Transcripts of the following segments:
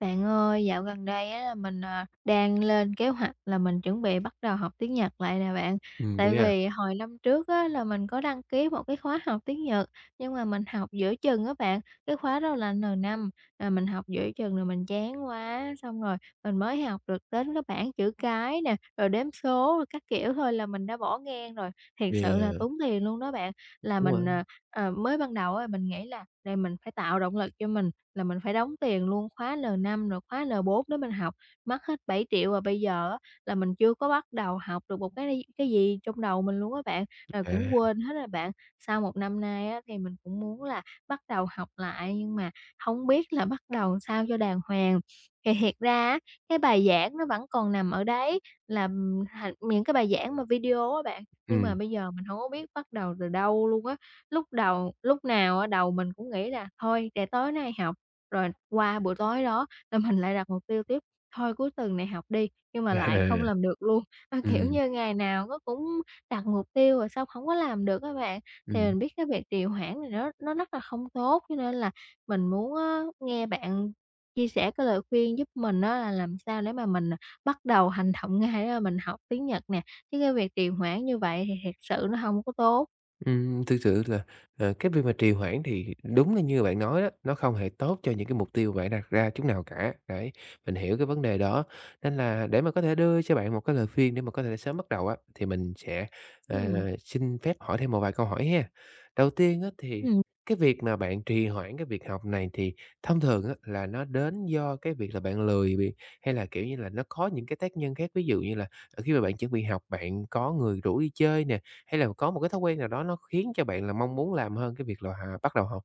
Bạn ơi, dạo gần đây á là mình đang lên kế hoạch là mình chuẩn bị bắt đầu học tiếng Nhật lại nè bạn. Vậy Tại à? vì hồi năm trước á là mình có đăng ký một cái khóa học tiếng Nhật, nhưng mà mình học giữa chừng á bạn, cái khóa đó là n năm là mình học giữa chừng rồi mình chán quá, xong rồi mình mới học được đến cái bảng chữ cái nè, rồi đếm số rồi các kiểu thôi là mình đã bỏ ngang rồi. Thiệt sự là Yeah, tốn tiền luôn đó bạn, là đúng mình, rồi. ờ, ờ, mới ban đầu á mình nghĩ là đây mình phải tạo động lực cho mình là mình phải đóng tiền luôn khóa n năm rồi khóa n bốn để mình học, mất hết 7 triệu và bây giờ á là mình chưa có bắt đầu học được một cái gì trong đầu mình luôn á bạn, rồi À, cũng quên hết rồi bạn. Sau một năm nay á thì mình cũng muốn là bắt đầu học lại nhưng mà không biết là bắt đầu sao cho đàng hoàng. Thì thiệt ra á, cái bài giảng nó vẫn còn nằm ở đấy là thành những cái bài giảng mà video á bạn, nhưng mà ừm, bây giờ mình không có biết bắt đầu từ đâu luôn á. Lúc đầu lúc nào á đầu mình cũng nghĩ là thôi để tối nay học, rồi qua buổi tối đó là mình lại đặt mục tiêu tiếp, thôi cuối tuần này học đi, nhưng mà à, lại không làm được luôn. Ơ, kiểu ừm, như, ngày nào nó cũng đặt mục tiêu rồi xong không có làm được á bạn. Thì ừm. mình biết cái việc trì hoãn này nó rất là không tốt, cho nên là mình muốn á nghe bạn chia sẻ cái lời khuyên giúp mình đó là làm sao để mà mình bắt đầu hành động ngay đó là mình học tiếng Nhật nè, chứ cái việc trì hoãn như vậy thì thật sự nó không có tốt. Thực sự là, cái việc mà trì hoãn thì đúng là như bạn nói đó, nó không hề tốt cho những cái mục tiêu bạn đặt ra chút nào cả, đấy, mình hiểu cái vấn đề đó. Nên là để mà có thể đưa cho bạn một cái lời khuyên để mà có thể sớm bắt đầu á, thì mình sẽ, ờ, Ừm. xin phép hỏi thêm một vài câu hỏi ha. Đầu tiên á, thì Ừm. cái việc mà bạn trì hoãn cái việc học này thì thông thường á, là nó đến do cái việc là bạn lười bị hay là, kiểu như là, nó có những cái tác nhân khác? Ví dụ như là, khi mà bạn chuẩn bị học, bạn có người rủ đi chơi nè, hay là có một cái thói quen nào đó nó khiến cho bạn là mong muốn làm hơn cái việc là, bắt đầu học?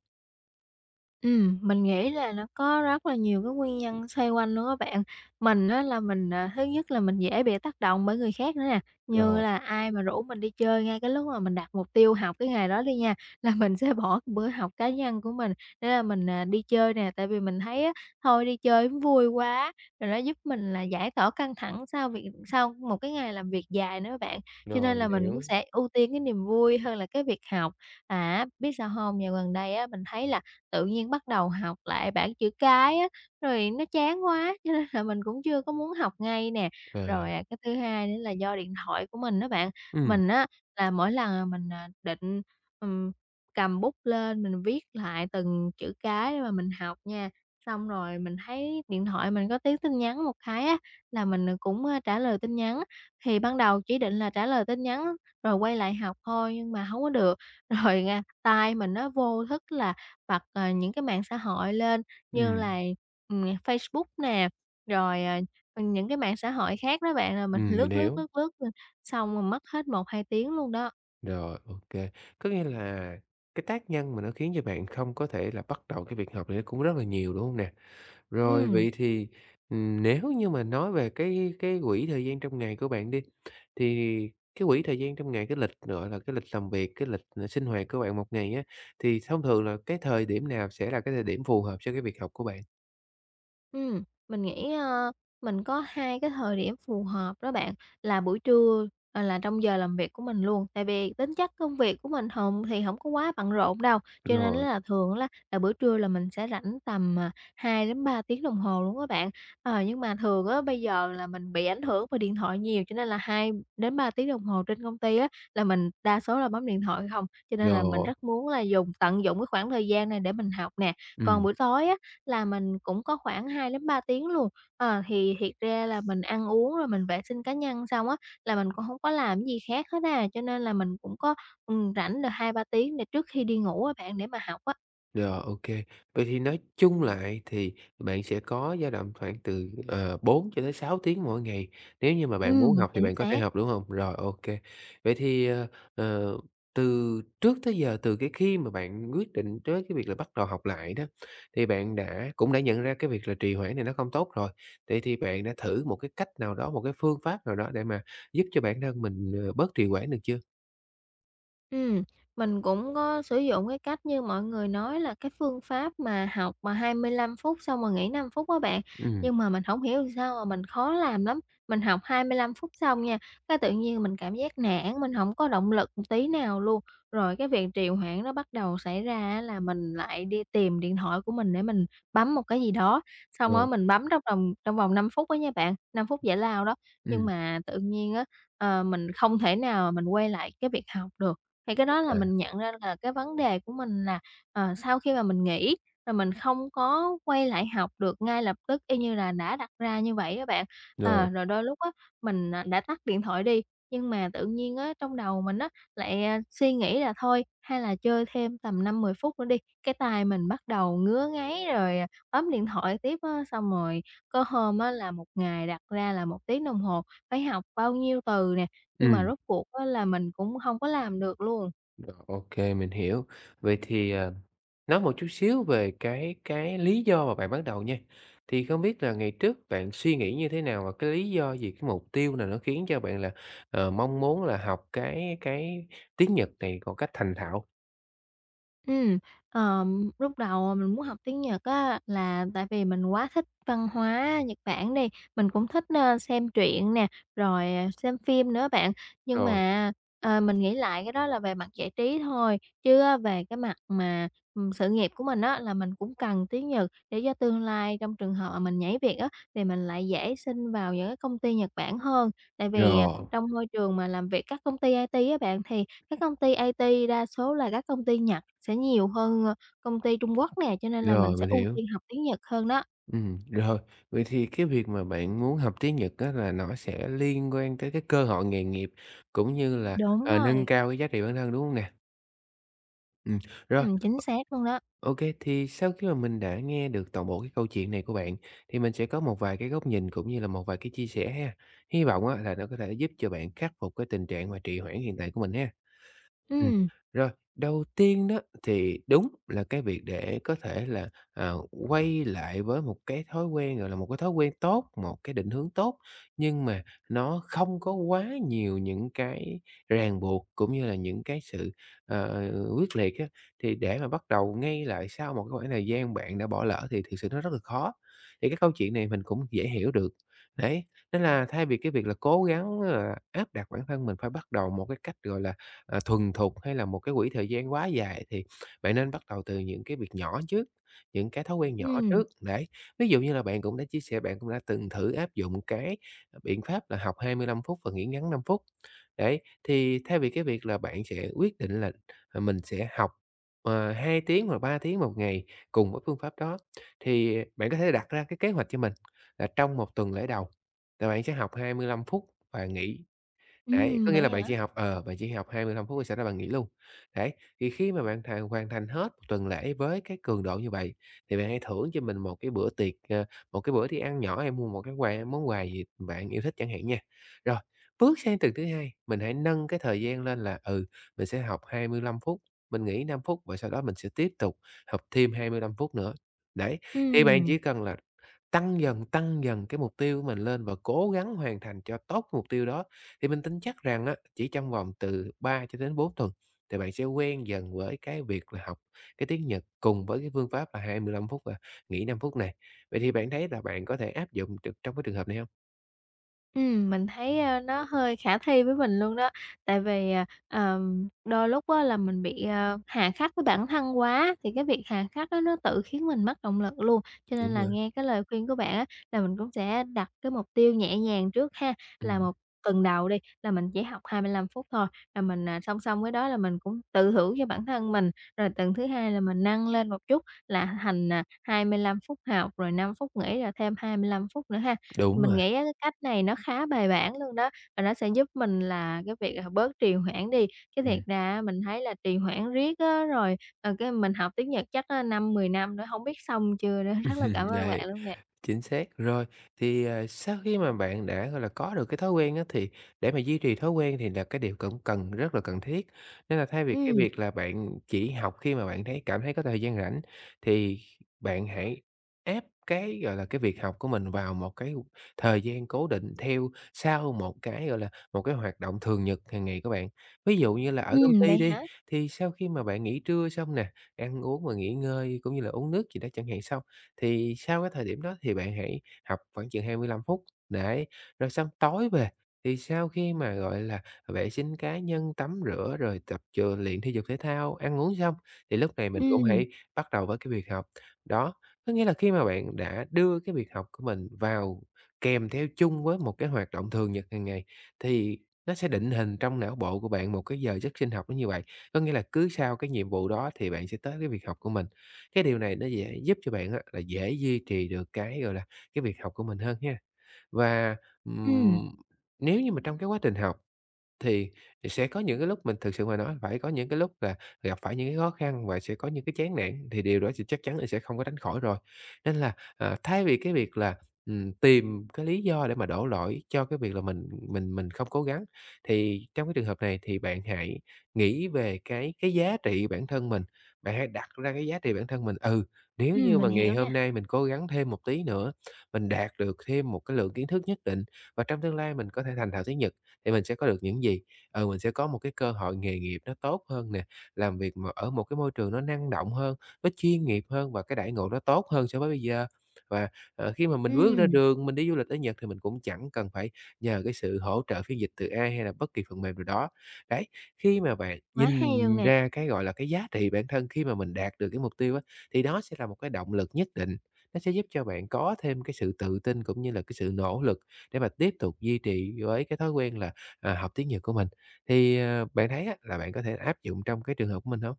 Mình nghĩ là nó có rất là nhiều cái nguyên nhân xoay quanh luôn các bạn. Mình á là mình thứ nhất là mình dễ bị tác động bởi người khác nữa nè, như Rồi, là ai mà rủ mình đi chơi ngay cái lúc mà mình đặt mục tiêu học cái ngày đó đi nha, là mình sẽ bỏ cái bữa học cá nhân của mình để là mình đi chơi nè. Tại vì mình thấy á, thôi đi chơi nó vui quá, rồi nó giúp mình là giải tỏa căng thẳng sau việc sau một cái ngày làm việc dài nữa các bạn. Cho rồi, nên mình là mình cũng hiểu. sẽ ưu tiên cái niềm vui hơn là cái việc học. À, biết sao không? Dạo gần đây á, mình thấy là tự nhiên bắt đầu học lại bảng chữ cái á, rồi nó chán quá, cho nên là mình cũng chưa có muốn học ngay nè. Rồi, À, à, cái thứ hai nữa là do điện thoại của mình đó bạn, ừm, mình á là mỗi lần, mình định, ừm, cầm bút lên mình viết lại từng chữ cái mà mình học nha, xong rồi mình thấy điện thoại mình có tiếng tin nhắn một cái á, là mình cũng trả lời tin nhắn. Thì ban đầu chỉ định là trả lời tin nhắn rồi quay lại học thôi nhưng mà không có được, rồi, tai mình nó vô thức là bật những cái mạng xã hội lên như ừm, là Facebook nè, rồi những cái mạng xã hội khác đó bạn, là mình mình lướt, lướt, hiểu. lướt, lướt, xong rồi mất hết một hai tiếng luôn đó. Rồi, ok. Có nghĩa là cái tác nhân mà nó khiến cho bạn không có thể là bắt đầu cái việc học này nó cũng rất là nhiều, đúng không nè? Rồi, Ừm. vậy thì, nếu như mà nói về cái quỹ thời gian trong ngày của bạn đi, thì cái quỹ thời gian trong ngày, cái lịch, gọi là, cái lịch làm việc, cái lịch, sinh hoạt của bạn một ngày á, thì thông thường là cái thời điểm nào sẽ là cái thời điểm phù hợp cho cái việc học của bạn? Mình nghĩ, mình có hai cái thời điểm phù hợp đó bạn, là buổi trưa, là trong giờ làm việc của mình luôn. Tại vì tính chất công việc của mình hổng thì không có quá bận rộn đâu, cho nên Rồi, là thường là buổi trưa là mình sẽ rảnh tầm 2 đến 3 tiếng đồng hồ luôn các bạn. Ờ, nhưng mà thường á bây giờ là mình bị ảnh hưởng bởi điện thoại nhiều, cho nên là 2 đến 3 tiếng đồng hồ trên công ty á là mình đa số là bấm điện thoại không, cho nên là mình rồi, rất muốn là dùng tận dụng cái khoảng thời gian này để mình học nè. Còn ừm, buổi tối á là mình cũng có khoảng 2 đến 3 tiếng luôn. Ờ, thì thiệt ra là mình ăn uống rồi mình vệ sinh cá nhân xong á, là mình cũng không có làm cái gì khác hết à, cho nên là mình cũng có, rảnh được 2 3 tiếng để trước khi đi ngủ á bạn, để mà học á. rồi, ok. Vậy thì nói chung lại thì bạn sẽ có dao động khoảng từ, 4 cho tới 6 tiếng mỗi ngày, nếu như mà bạn muốn học thì Chính bạn có thể xác. học, đúng không? Rồi, ok. Vậy thì, ờ, từ trước tới giờ, từ cái khi mà bạn quyết định tới cái việc là bắt đầu học lại đó, thì bạn cũng đã nhận ra cái việc là trì hoãn này nó không tốt rồi. Vậy thì bạn đã thử một cái cách nào đó, một cái phương pháp nào đó để mà giúp cho bản thân mình, bớt trì hoãn được chưa? Ừm, mình cũng có sử dụng cái cách như mọi người nói là cái phương pháp mà học mà 25 phút xong rồi nghỉ 5 phút đó bạn, Ừm, nhưng mà mình không hiểu làm sao mà mình khó làm lắm. Mình học 25 phút xong nha, cái tự nhiên mình cảm giác nản, mình không có động lực một tí nào luôn. Rồi cái việc trì hoãn nó bắt đầu xảy ra á là mình lại đi tìm điện thoại của mình để mình bấm một cái gì đó, xong rồi, rồi mình bấm trong vòng 5 phút đó nha bạn, 5 phút giải lao đó, nhưng ừm, mà tự nhiên á, mình không thể nào mà mình quay lại cái việc học được. Thì cái đó là à, mình nhận ra là cái vấn đề của mình là, sau khi mà mình nghỉ rồi mình không có quay lại học được ngay lập tức y như là đã đặt ra như vậy á bạn. rồi. Ờ, rồi đôi lúc á, mình đã tắt điện thoại đi, nhưng mà tự nhiên á, trong đầu mình á, lại suy nghĩ là thôi hay là chơi thêm tầm 5 10 phút nữa đi, cái tay mình bắt đầu ngứa ngáy rồi, bấm điện thoại tiếp á. Xong rồi có hôm á, là một ngày đặt ra là 1 tiếng đồng hồ phải học bao nhiêu từ nè, nhưng mà Ừm, rốt cuộc á là mình cũng hông có làm được luôn. rồi, ô, mình hiểu. Vậy thì, nói một chút xíu về cái lý do mà bạn bắt đầu nha. Thì không biết là ngày trước bạn suy nghĩ như thế nào và cái lý do gì, cái mục tiêu nào nó khiến cho bạn là, mong muốn là học cái tiếng Nhật này một cách thành thạo? Ừm, lúc đầu mình muốn học tiếng Nhật á là tại vì mình quá thích văn hóa Nhật Bản đi, mình cũng thích, xem truyện nè, rồi xem phim nữa bạn. Nhưng Rồi, mà, mình nghĩ lại cái đó là về mặt giải trí thôi, chứ á về cái mặt mà, sự nghiệp của mình á là mình cũng cần tiếng Nhật để cho tương lai trong trường hợp mà mình nhảy việc á, thì mình lại dễ xin vào những cái công ty Nhật Bản hơn. Tại vì, rồi, trong môi trường mà làm việc các công ty IT á bạn, thì các công ty IT đa số là các công ty Nhật sẽ nhiều hơn, công ty Trung Quốc nè, cho nên là mình rồi, sẽ mình ưu hiểu. tiên học tiếng Nhật hơn đó. Rồi, vậy thì cái việc mà bạn muốn học tiếng Nhật á là nó sẽ liên quan tới cái cơ hội nghề nghiệp cũng như là, Đúng nâng rồi, cao cái giá trị bản thân, đúng không nè? Ừm, rồi. Chính xác luôn đó. OK, thì sau khi mà mình đã nghe được toàn bộ cái câu chuyện này của bạn, thì mình sẽ có một vài cái góc nhìn cũng như là một vài cái chia sẻ ha. Hy vọng á là nó có thể giúp cho bạn khắc phục cái tình trạng mà trì hoãn hiện tại của mình ha. Ừm, Ừm, rồi, đầu tiên đó thì đúng là cái việc để có thể là, quay lại với một cái thói quen, gọi là, một cái thói quen tốt, một cái định hướng tốt, nhưng mà nó không có quá nhiều những cái ràng buộc cũng như là những cái sự, ờ, quyết liệt á. Thì để mà bắt đầu ngay lại sau một cái khoảng thời gian bạn đã bỏ lỡ thì thực sự nó rất là khó, thì cái câu chuyện này mình cũng dễ hiểu được. Đấy, nên là thay vì cái việc là cố gắng là áp đặt bản thân mình phải bắt đầu một cái cách, gọi là, thuần thục hay là một cái quỹ thời gian quá dài thì bạn nên bắt đầu từ những cái việc nhỏ trước, những cái thói quen nhỏ ừm, trước, đấy. Ví dụ như là bạn cũng đã chia sẻ bạn cũng đã từng thử áp dụng cái biện pháp là học 25 phút và nghỉ ngắn 5 phút. Đấy, thì thay vì cái việc là bạn sẽ quyết định là, mình sẽ học, 2 tiếng hoặc 3 tiếng một ngày cùng với phương pháp đó, thì bạn có thể đặt ra cái kế hoạch cho mình là trong một tuần lễ đầu là bạn sẽ học 25 phút và nghỉ. Đấy, có nghĩa vậy là hả? Bạn chỉ học 25 phút rồi sau đó bạn nghỉ luôn. Đấy, thì khi mà bạn hoàn thành hết một tuần lễ với cái cường độ như vậy, thì bạn hãy thưởng cho mình một cái bữa tiệc, một cái bữa đi ăn nhỏ hay mua một cái quà món quà gì bạn yêu thích chẳng hạn nha. Rồi, bước sang tuần thứ hai, mình hãy nâng cái thời gian lên là, ừ, mình sẽ học 25 phút, mình nghỉ 5 phút và sau đó mình sẽ tiếp tục học thêm 25 phút nữa. Đấy, thì bạn Ừm. chỉ cần là tăng dần, tăng dần cái mục tiêu của mình lên và cố gắng hoàn thành cho tốt cái mục tiêu đó, thì mình tin chắc rằng á, chỉ trong vòng từ 3 cho đến 4 tuần thì bạn sẽ quen dần với cái việc là học cái tiếng Nhật cùng với cái phương pháp là 25 phút và nghỉ 5 phút này. Vậy thì bạn thấy là bạn có thể áp dụng được trong cái trường hợp này không? Mình thấy, nó hơi khả thi với mình luôn đó, tại vì, đôi lúc á là mình bị hà khắc với bản thân quá, thì cái việc hà khắc á nó tự khiến mình mất động lực luôn. Cho nên Đúng là rồi. nghe cái lời khuyên của bạn á là mình cũng sẽ đặt cái mục tiêu nhẹ nhàng trước ha, là Ừm. một tuần đầu đi, là mình chỉ học 25 phút thôi, rồi mình song song với đó là mình cũng tự thưởng cho bản thân mình. Rồi tuần thứ hai là mình nâng lên một chút là thành 25 phút học, rồi 5 phút nghỉ, rồi thêm 25 phút nữa ha. Đúng Mình rồi, nghĩ á cái cách này nó khá bài bản luôn đó, và nó sẽ giúp mình là cái việc, bớt trì hoãn đi. Chứ thiệt ừm. ra á mình thấy là trì hoãn riết á, rồi, cái mình học tiếng Nhật chắc á 5, 10 năm nữa không biết xong chưa nữa. Rất là cảm ơn Đấy. bạn luôn nè. Chính xác. Rồi, thì, sau khi mà bạn đã, gọi là, có được cái thói quen á, thì để mà duy trì thói quen thì là cái điều cũng cần rất là cần thiết. Nên là thay vì cái Ừm, việc là bạn chỉ học khi mà bạn cảm thấy có thời gian rảnh, thì bạn hãy ép cái, gọi là, cái việc học của mình vào một cái thời gian cố định theo sau một cái, gọi là, một cái hoạt động thường nhật hàng ngày của bạn. Ví dụ như là ở công ty vậy đi, hả? thì sau khi mà bạn nghỉ trưa xong nè, ăn uống và nghỉ ngơi cũng như là uống nước gì đó chẳng hạn xong, thì sau cái thời điểm đó thì bạn hãy học khoảng chừng 25 phút, đấy, rồi xong tối về thì sau khi mà, gọi là, vệ sinh cá nhân, tắm rửa rồi tập luyện thể dục thể thao, ăn uống xong, thì lúc này mình Ừm, cũng ừm, hãy bắt đầu với cái việc học. Đó, có nghĩa là khi mà bạn đã đưa cái việc học của mình vào kèm theo chung với một cái hoạt động thường nhật hàng ngày, thì nó sẽ định hình trong não bộ của bạn một cái giờ giấc sinh học nó như vậy. Có nghĩa là cứ sau cái nhiệm vụ đó thì bạn sẽ tới cái việc học của mình. Cái điều này nó dễ giúp cho bạn á là dễ duy trì được cái, gọi là, cái việc học của mình hơn ha. Và, ừm. ừm, nếu như mà trong cái quá trình học thì sẽ có những cái lúc mình thực sự mà nói phải có những cái lúc là gặp phải những cái khó khăn và sẽ có những cái chán nản, thì điều đó thì chắc chắn là sẽ không có tránh khỏi rồi. Nên là, thay vì cái việc là, tìm cái lý do để mà đổ lỗi cho cái việc là mình không cố gắng, thì trong cái trường hợp này thì bạn hãy nghĩ về cái giá trị bản thân mình. Bạn hãy đặt ra cái giá trị bản thân mình, ừ, nếu như mà mình ngày hiểu nè. hôm nay mình cố gắng thêm một tí nữa, mình đạt được thêm một cái lượng kiến thức nhất định và trong tương lai mình có thể thành thạo tiếng Nhật thì mình sẽ có được những gì? Ừ, mình sẽ có một cái cơ hội nghề nghiệp nó tốt hơn nè, làm việc mà ở một cái môi trường nó năng động hơn, nó chuyên nghiệp hơn và cái đãi ngộ nó tốt hơn so với bây giờ. Và, khi mà mình bước ra Ừm. đường, mình đi du lịch ở Nhật thì mình cũng chẳng cần phải nhờ cái sự hỗ trợ phiên dịch từ AI hay là bất kỳ phần mềm nào đó. Đấy, khi mà bạn Quá nhìn hay luôn nè. ra cái, gọi là, cái giá trị bản thân khi mà mình đạt được cái mục tiêu á, thì đó sẽ là một cái động lực nhất định, nó sẽ giúp cho bạn có thêm cái sự tự tin cũng như là cái sự nỗ lực để mà tiếp tục duy trì với cái thói quen là học tiếng Nhật của mình. Thì, bạn thấy á là bạn có thể áp dụng trong cái trường hợp của mình không?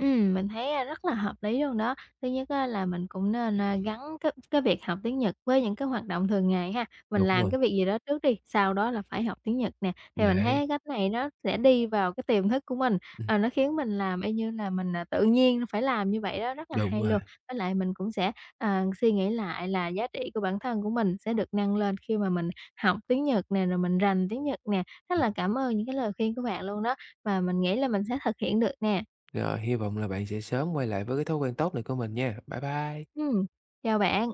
Mình thấy, rất là hợp lý luôn đó. Thứ nhất á là mình cũng nên, gắn cái việc học tiếng Nhật với những cái hoạt động thường ngày ha. Mình Đúng làm rồi, cái việc gì đó trước đi, sau đó là phải học tiếng Nhật nè. Thì mình thấy đấy, cái cách này nó sẽ đi vào cái tiềm thức của mình, ừm, ờ, nó khiến mình làm y như là mình tự nhiên phải làm như vậy đó, rất là đúng hay rồi. luôn. Với lại mình cũng sẽ, suy nghĩ lại là giá trị của bản thân của mình sẽ được nâng lên khi mà mình học tiếng Nhật nè, rồi mình rành tiếng Nhật nè. Rất là cảm ơn những cái lời khuyên của bạn luôn đó, và mình nghĩ là mình sẽ thực hiện được nè. Rồi, hy vọng là bạn sẽ sớm quay lại với cái thói quen tốt này của mình nha. Bye bye. Ừm, chào bạn.